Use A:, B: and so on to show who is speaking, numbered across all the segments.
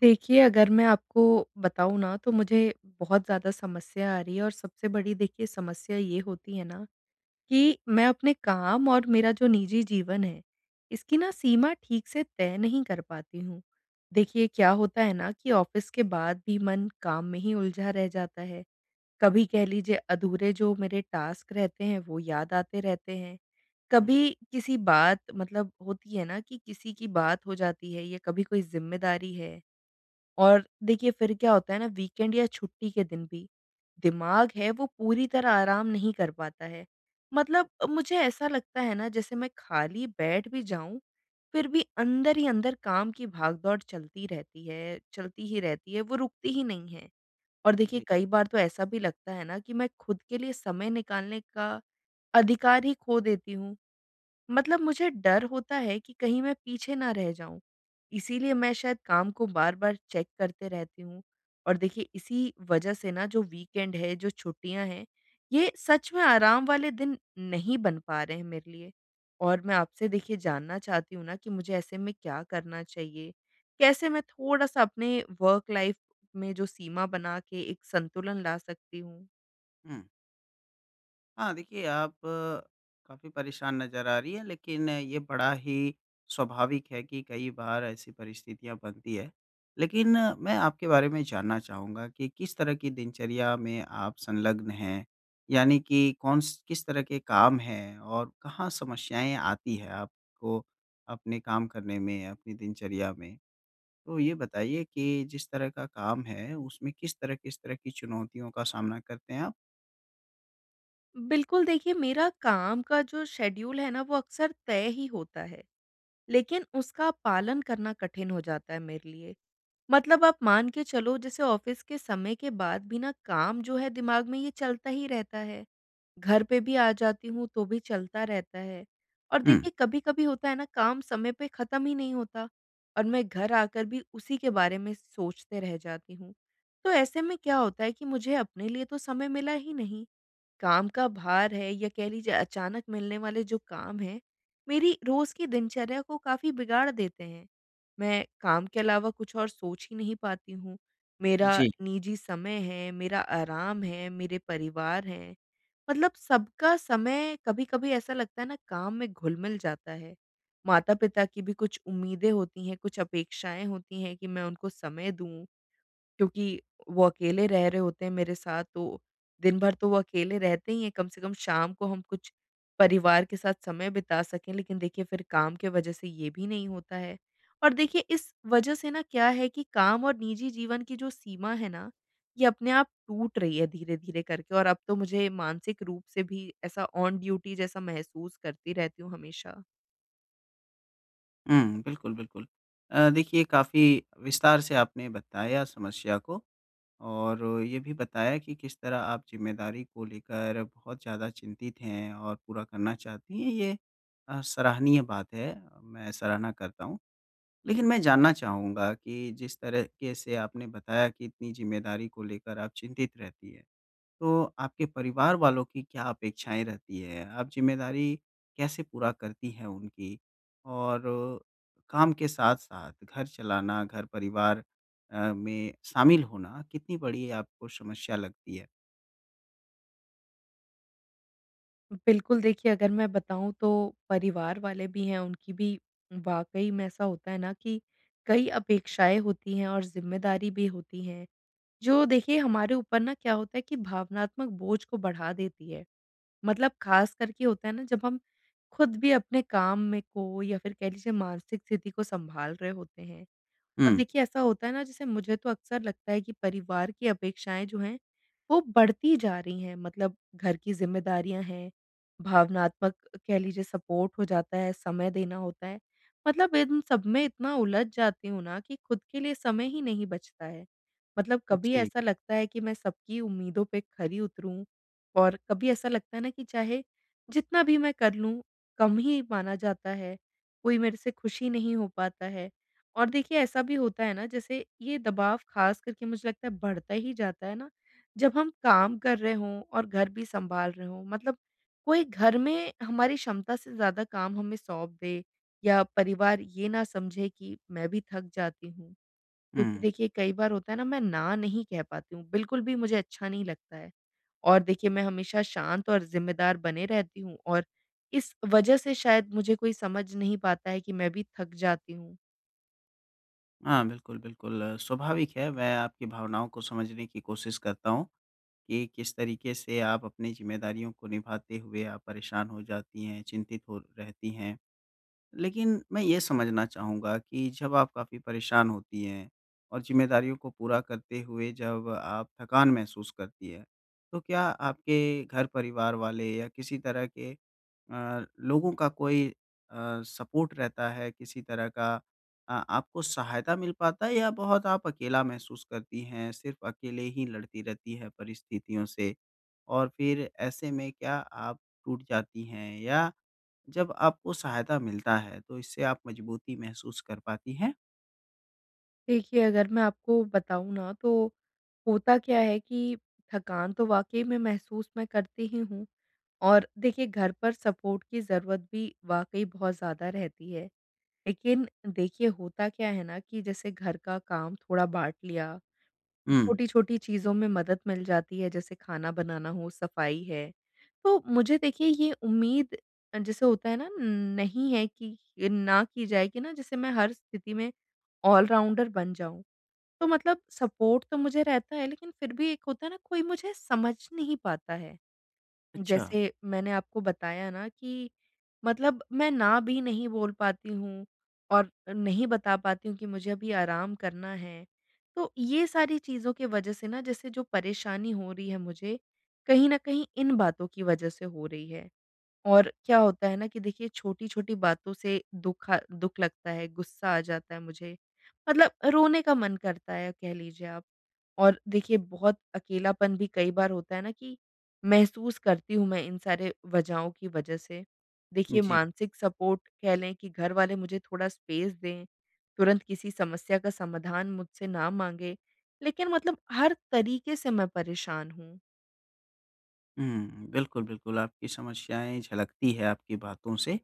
A: देखिए, अगर मैं आपको बताऊँ ना तो मुझे बहुत ज़्यादा समस्या आ रही है और सबसे बड़ी देखिए समस्या ये होती है ना कि मैं अपने काम और मेरा जो निजी जीवन है, इसकी ना सीमा ठीक से तय नहीं कर पाती हूँ। देखिए, क्या होता है ना कि ऑफ़िस के बाद भी मन काम में ही उलझा रह जाता है। कभी कह लीजिए अधूरे जो मेरे टास्क रहते हैं वो याद आते रहते हैं।
B: हुँ,
A: कभी किसी बात मतलब होती है ना कि किसी की बात हो जाती है या कभी कोई ज़िम्मेदारी है, और देखिए फिर क्या होता है ना वीकेंड या छुट्टी के दिन भी दिमाग है वो पूरी तरह आराम नहीं कर पाता है। मतलब मुझे ऐसा लगता है ना जैसे मैं खाली बैठ भी जाऊँ, फिर भी अंदर ही अंदर काम की भागदौड़ चलती रहती है, चलती ही रहती है, वो रुकती ही नहीं है। और देखिए
B: जी।
A: कई बार तो ऐसा भी लगता है ना कि मैं खुद के लिए समय निकालने का अधिकार ही खो देती हूँ। मतलब मुझे डर होता है कि कहीं मैं पीछे ना रह जाऊं, इसीलिए मैं शायद काम को बार बार चेक करते रहती हूँ। और देखिए इसी वजह से ना जो वीकेंड है जो छुट्टियां हैं, ये सच में आराम वाले दिन नहीं बन पा रहे हैं मेरे लिए। और मैं आपसे देखिए जानना चाहती हूँ ना कि मुझे ऐसे में क्या करना चाहिए, कैसे मैं थोड़ा सा अपने वर्क लाइफ में जो सीमा बना के एक संतुलन ला सकती हूँ।
B: हुँ। हाँ, देखिए आप काफ़ी परेशान नज़र आ रही हैं लेकिन ये बड़ा ही स्वाभाविक है कि कई बार ऐसी परिस्थितियाँ बनती है। लेकिन मैं आपके बारे में जानना चाहूँगा कि किस तरह की दिनचर्या में आप संलग्न हैं? यानी कि कौन स किस तरह के काम हैं और कहाँ समस्याएँ आती हैं आपको अपने काम करने में, अपनी दिनचर्या में? तो ये बताइए कि जिस तरह का काम है उसमें किस तरह की चुनौतियों का सामना करते हैं आप?
A: बिल्कुल, देखिए मेरा काम का जो शेड्यूल है ना वो अक्सर तय ही होता है, लेकिन उसका पालन करना कठिन हो जाता है मेरे लिए। मतलब आप मान के चलो जैसे ऑफ़िस के समय के बाद भी ना काम जो है दिमाग में ये चलता ही रहता है। घर पे भी आ जाती हूँ तो भी चलता रहता है। और
B: हुँ।
A: देखिए कभी-कभी होता है ना काम समय पे ख़त्म ही नहीं होता, और मैं घर आकर भी उसी के बारे में सोचते रह जाती हूँ। तो ऐसे में क्या होता है कि मुझे अपने लिए तो समय मिला ही नहीं। काम का भार है या कह लीजिए अचानक मिलने वाले जो काम हैं, मेरी रोज़ की दिनचर्या को काफ़ी बिगाड़ देते हैं। मैं काम के अलावा कुछ और सोच ही नहीं पाती हूँ। मेरा
B: जी।
A: निजी समय है, मेरा आराम है, मेरे परिवार हैं। मतलब सबका समय कभी-कभी ऐसा लगता है ना काम में घुल-मिल जाता है। माता-पिता की भी कुछ उम्मीदें होती हैं, कुछ अपेक्षाएँ होती हैं कि मैं उनको समय दूँ। क्योंकि वो अकेले रह रहे होते हैं मेरे साथ, तो दिन भर तो वो अकेले रहते ही हैं, कम से कम शाम को हम कुछ परिवार के साथ समय बिता सकें। लेकिन देखिए फिर काम के वजह से ये भी नहीं होता है। और देखिए इस वजह से ना क्या है कि काम और निजी जीवन की जो सीमा है ना, ये अपने आप टूट रही है धीरे-धीरे करके, और अब तो मुझे मानसिक रूप से भी ऐसा ऑन ड्यूटी जैसा महसूस करती रहती हूँ हमेशा।
B: हुँ, बिल्कुल, बिल्कुल। देखिए काफ़ी विस्तार से आपने बताया समस्या को और ये भी बताया कि किस तरह आप ज़िम्मेदारी को लेकर बहुत ज़्यादा चिंतित हैं और पूरा करना चाहती हैं, ये सराहनीय बात है, मैं सराहना करता हूँ। लेकिन मैं जानना चाहूँगा कि जिस तरीके से आपने बताया कि इतनी ज़िम्मेदारी को लेकर आप चिंतित रहती हैं, तो आपके परिवार वालों की क्या अपेक्षाएँ रहती है? आप ज़िम्मेदारी कैसे पूरा करती हैं उनकी? और काम के साथ-साथ घर चलाना, घर परिवार में शामिल होना कितनी बड़ी आपको समस्या लगती है?
A: बिल्कुल, देखिए अगर मैं बताऊँ तो परिवार वाले भी हैं, उनकी भी वाक़ई में ऐसा होता है ना कि कई अपेक्षाएँ होती हैं और ज़िम्मेदारी भी होती हैं, जो देखिए हमारे ऊपर ना क्या होता है कि भावनात्मक बोझ को बढ़ा देती है। मतलब ख़ास करके होता है ना जब हम खुद भी अपने काम में को या फिर कह लीजिए मानसिक स्थिति को सँभाल रहे होते हैं,
B: हुँ,
A: और देखिए ऐसा होता है ना जैसे मुझे तो अक्सर लगता है कि परिवार की अपेक्षाएँ जो हैं, वो बढ़ती जा रही हैं। मतलब घर की ज़िम्मेदारियाँ हैं, भावनात्मक कह लीजिए सपोर्ट हो जाता है, समय देना होता है। मतलब इन सब में इतना उलझ जाती हूँ ना कि खुद के लिए समय ही नहीं बचता है। मतलब कभी
B: जी,
A: ऐसा लगता है कि मैं सबकी उम्मीदों पे खरी उतरूँ, और कभी ऐसा लगता है ना कि चाहे जितना भी मैं कर लूँ, कम ही माना जाता है, कोई मेरे से खुश ही नहीं हो पाता है। और देखिए ऐसा भी होता है ना जैसे ये दबाव ख़ास करके मुझे लगता है बढ़ता ही जाता है ना, जब हम काम कर रहे हों और घर भी सँभाल रहे हों। मतलब कोई घर में हमारी क्षमता से ज़्यादा काम हमें सौंप दे, या परिवार ये ना समझे कि मैं भी थक जाती हूँ। क्योंकि
B: हुँ।
A: देखिए कई बार होता है ना मैं ना नहीं कह पाती हूँ, बिल्कुल भी मुझे अच्छा नहीं लगता है। और देखिए मैं हमेशा शांत और ज़िम्मेदार बने रहती हूँ, और इस वज़ह से शायद मुझे कोई समझ नहीं पाता है कि मैं भी थक जाती हूँ।
B: हाँ, बिल्कुल, बिल्कुल स्वाभाविक है, मैं आपकी भावनाओं को समझने की कोशिश करता हूँ कि किस तरीके से आप अपनी ज़िम्मेदारियों को निभाते हुए आप परेशान हो जाती हैं, चिंतित हो रहती हैं। लेकिन मैं ये समझना चाहूँगा कि जब आप काफ़ी परेशान होती हैं और जिम्मेदारियों को पूरा करते हुए जब आप थकान महसूस करती है, तो क्या आपके घर परिवार वाले या किसी तरह के लोगों का कोई सपोर्ट रहता है, किसी तरह का आपको सहायता मिल पाता है या बहुत आप अकेला महसूस करती हैं, सिर्फ़ अकेले ही लड़ती रहती हैं परिस्थितियों से? और फिर ऐसे में क्या आप टूट जाती हैं या जब आपको सहायता मिलता है, तो इससे आप मजबूती महसूस कर पाती हैं?
A: देखिए, अगर मैं आपको बताऊँ ना तो होता क्या है कि थकान तो वाक़ई में महसूस मैं करती ही हूँ, और देखिए घर पर सपोर्ट की ज़रूरत भी वाक़ई बहुत ज़्यादा रहती है। लेकिन देखिए होता क्या है ना कि जैसे घर का काम थोड़ा बाँट लिया,
B: हुँ,
A: छोटी-छोटी चीज़ों में मदद मिल जाती है, जैसे खाना बनाना हो, सफाई है। तो मुझे देखिए ये उम्मीद जैसे होता है ना नहीं है कि ना की जाए कि ना जैसे मैं हर स्थिति में ऑल राउंडर बन जाऊँ। तो मतलब सपोर्ट तो मुझे रहता है, लेकिन फिर भी एक होता है ना कोई मुझे समझ नहीं पाता है।
B: अच्छा।
A: जैसे मैंने आपको बताया ना कि मतलब मैं ना भी नहीं बोल पाती हूँ और नहीं बता पाती हूँ कि मुझे अभी आराम करना है। तो ये सारी चीज़ों की वज़ह से ना जैसे जो परेशानी हो रही है मुझे, कहीं न कहीं इन बातों की वज़ह से हो रही है। और क्या होता है ना कि देखिए छोटी-छोटी बातों से दुख लगता है, गुस्सा आ जाता है मुझे। मतलब रोने का मन करता है कह लीजिए आप। और देखिए बहुत अकेलापन भी कई बार होता है ना कि महसूस करती हूँ मैं इन सारे वजहों की वजह से। देखिए
B: जी।
A: मानसिक सपोर्ट कह लें कि घर वाले मुझे थोड़ा स्पेस दें, तुरंत किसी समस्या का समाधान मुझसे ना माँगे, लेकिन मतलब हर तरीके से मैं परेशान हूँ।
B: हुँ, बिल्कुल, बिल्कुल आपकी समस्याएँ झलकती है आपकी बातों से।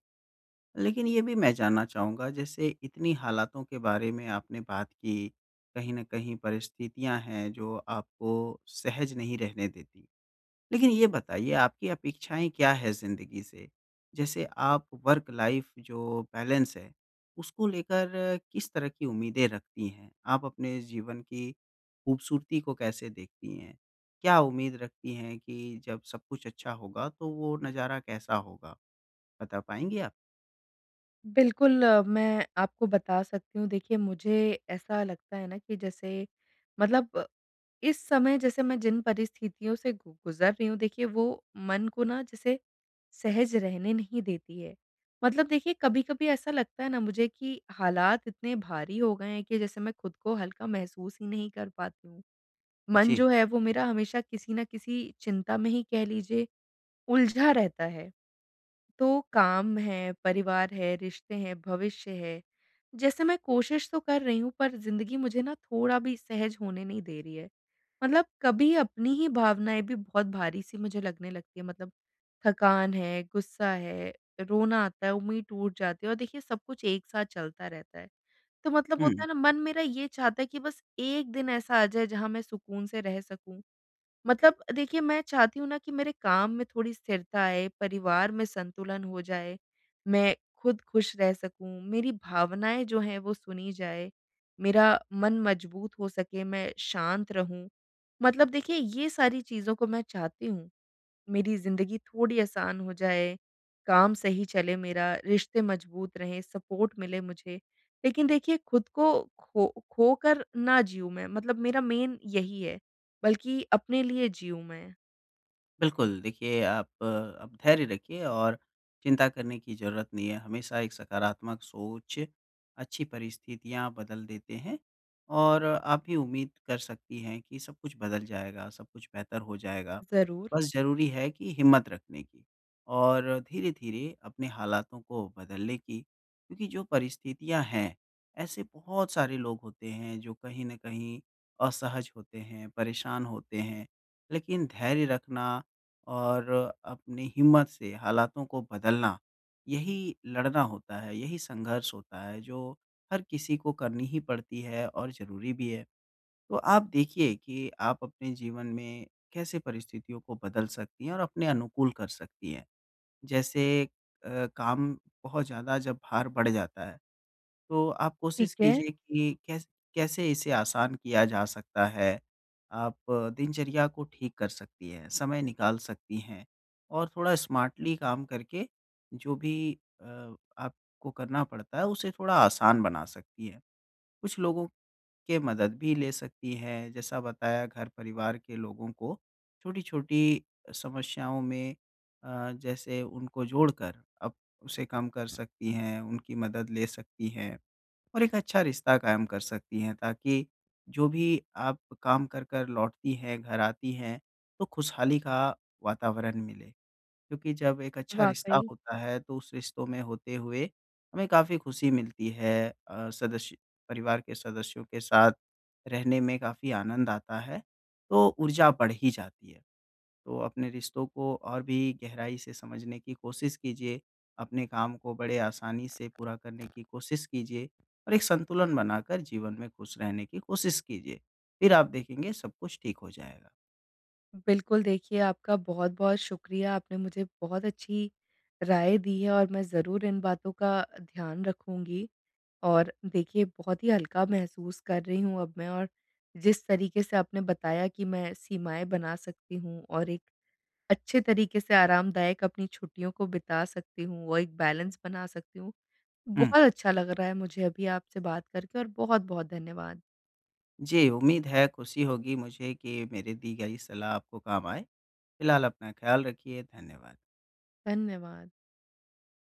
B: लेकिन ये भी मैं जानना चाहूँगा जैसे इतनी हालातों के बारे में आपने बात की, कहीं न कहीं परिस्थितियाँ हैं जो आपको सहज नहीं रहने देती। लेकिन ये बताइए आपकी अपेक्षाएँ क्या है ज़िंदगी से? जैसे आप वर्क लाइफ़ जो बैलेंस है, उसको लेकर किस तरह की उम्मीदें रखती हैं? आप अपने जीवन की खूबसूरती को कैसे देखती हैं? क्या उम्मीद रखती हैं कि जब सब कुछ अच्छा होगा तो वो नज़ारा कैसा होगा? बता पाएँगी आप?
A: बिल्कुल, मैं आपको बता सकती हूँ। देखिए, मुझे ऐसा लगता है ना कि जैसे मतलब, इस समय जैसे मैं जिन परिस्थितियों से गु गुज़र रही हूँ, देखिए वो मन को ना जैसे सहज रहने नहीं देती है। मतलब देखिए, कभी-कभी ऐसा लगता है ना मुझे कि हालात इतने भारी हो गए हैं कि जैसे मैं खुद को हल्का महसूस ही नहीं कर पाती हूँ। मन
B: जी।
A: जो है वो मेरा हमेशा किसी न किसी चिंता में ही कह लीजिए उलझा रहता है। तो काम है, परिवार है, रिश्ते हैं, भविष्य है। जैसे मैं कोशिश तो कर रही हूँ पर ज़िंदगी मुझे ना थोड़ा भी सहज होने नहीं दे रही है। मतलब कभी अपनी ही भावनाएँ भी बहुत भारी-सी मुझे लगने लगती है। मतलब थकान है, गुस्सा है, रोना आता है, उम्मीद टूट जाती है, और देखिए सब कुछ एक साथ चलता रहता है। तो मतलब होता
B: हुँ।
A: है ना मन मेरा ये चाहता है कि बस एक दिन ऐसा आ जाए जहाँ मैं सुकून से रह सकूँ। मतलब देखिए मैं चाहती हूँ ना कि मेरे काम में थोड़ी स्थिरता आए, परिवार में संतुलन हो जाए, मैं खुद खुश रह सकूँ, मेरी भावनाएँ जो हैं वो सुनी जाए, मेरा मन मजबूत हो सके, मैं शांत रहूँ। मतलब देखिए ये सारी चीज़ों को मैं चाहती हूँ। मेरी ज़िंदगी थोड़ी आसान हो जाए, काम सही चले मेरा, रिश्ते मज़बूत रहें, सपोर्ट मिले मुझे। लेकिन देखिए खुद को खो खोकर ना जिऊँ मैं, मतलब मेरा मेन यही है, बल्कि अपने लिए जिऊँ मैं।
B: बिल्कुल, देखिए आप आप धैर्य रखिए और चिंता करने की ज़रूरत नहीं है। हमेशा एक सकारात्मक सोच अच्छी परिस्थितियाँ बदल देते हैं और आप भी उम्मीद कर सकती हैं कि सब कुछ बदल जाएगा, सब कुछ बेहतर हो जाएगा।
A: ज़रूर।
B: बस ज़रूरी है कि हिम्मत रखने की और धीरे-धीरे अपने हालातों को बदलने की क्योंकि जो परिस्थितियाँ हैं, ऐसे बहुत सारे लोग होते हैं जो कहीं न कहीं असहज होते हैं, परेशान होते हैं। लेकिन धैर्य रखना और अपनी हिम्मत से हालातों को बदलना, यही लड़ना होता है, यही संघर्ष होता है जो हर किसी को करनी ही पड़ती है और ज़रूरी भी है। तो आप देखिए कि आप अपने जीवन में कैसे परिस्थितियों को बदल सकती हैं और अपने अनुकूल कर सकती हैं? जैसे काम बहुत ज़्यादा जब भार बढ़ जाता है, तो आप
A: ठीक
B: कोशिश
A: है,
B: कीजिए कि कैसे इसे आसान किया जा सकता है। आप दिनचर्या को ठीक कर सकती हैं, समय निकाल सकती हैं और थोड़ा स्मार्टली काम करके जो भी आपको करना पड़ता है उसे थोड़ा आसान बना सकती हैं। कुछ लोगों के मदद भी ले सकती हैं, जैसा बताया घर परिवार के लोगों को छोटी-छोटी समस्याओं में जैसे उनको जोड़कर आप उसे कम कर सकती हैं, उनकी मदद ले सकती हैं। और एक अच्छा रिश्ता कायम कर सकती हैं ताकि जो भी आप काम कर कर लौटती हैं, घर आती हैं, तो खुशहाली का वातावरण मिले। क्योंकि जब एक अच्छा रिश्ता
A: वाक़ई।
B: होता है तो उस रिश्तों में होते हुए हमें काफ़ी खुशी मिलती है अ, सदस्य परिवार के सदस्यों के साथ रहने में काफ़ी आनंद आता है, तो ऊर्जा बढ़ ही जाती है। तो अपने रिश्तों को और भी गहराई से समझने की कोशिश कीजिए, अपने काम को बड़े आसानी से पूरा करने की कोशिश कीजिए और एक संतुलन बनाकर जीवन में खुश रहने की कोशिश कीजिए। फिर आप देखेंगे सब कुछ ठीक हो जाएगा।
A: बिल्कुल, देखिए आपका बहुत-बहुत शुक्रिया, आपने मुझे बहुत अच्छी राय दी है और मैं ज़रूर इन बातों का ध्यान रखूँगी। और देखिए बहुत ही हल्का महसूस कर रही हूँ अब मैं, और जिस तरीके से आपने बताया कि मैं सीमाएँ बना सकती हूँ और एक अच्छे तरीके से आरामदायक अपनी छुट्टियों को बिता सकती हूँ, वो एक बैलेंस बना सकती हूँ।
B: हुँ।
A: बहुत अच्छा लग रहा है मुझे अभी आपसे बात करके, और बहुत-बहुत धन्यवाद।
B: जी, उम्मीद है खुशी होगी मुझे कि मेरी दी गई सलाह आपको काम आए। फिलहाल अपना ख़्याल रखिए, धन्यवाद।
A: धन्यवाद।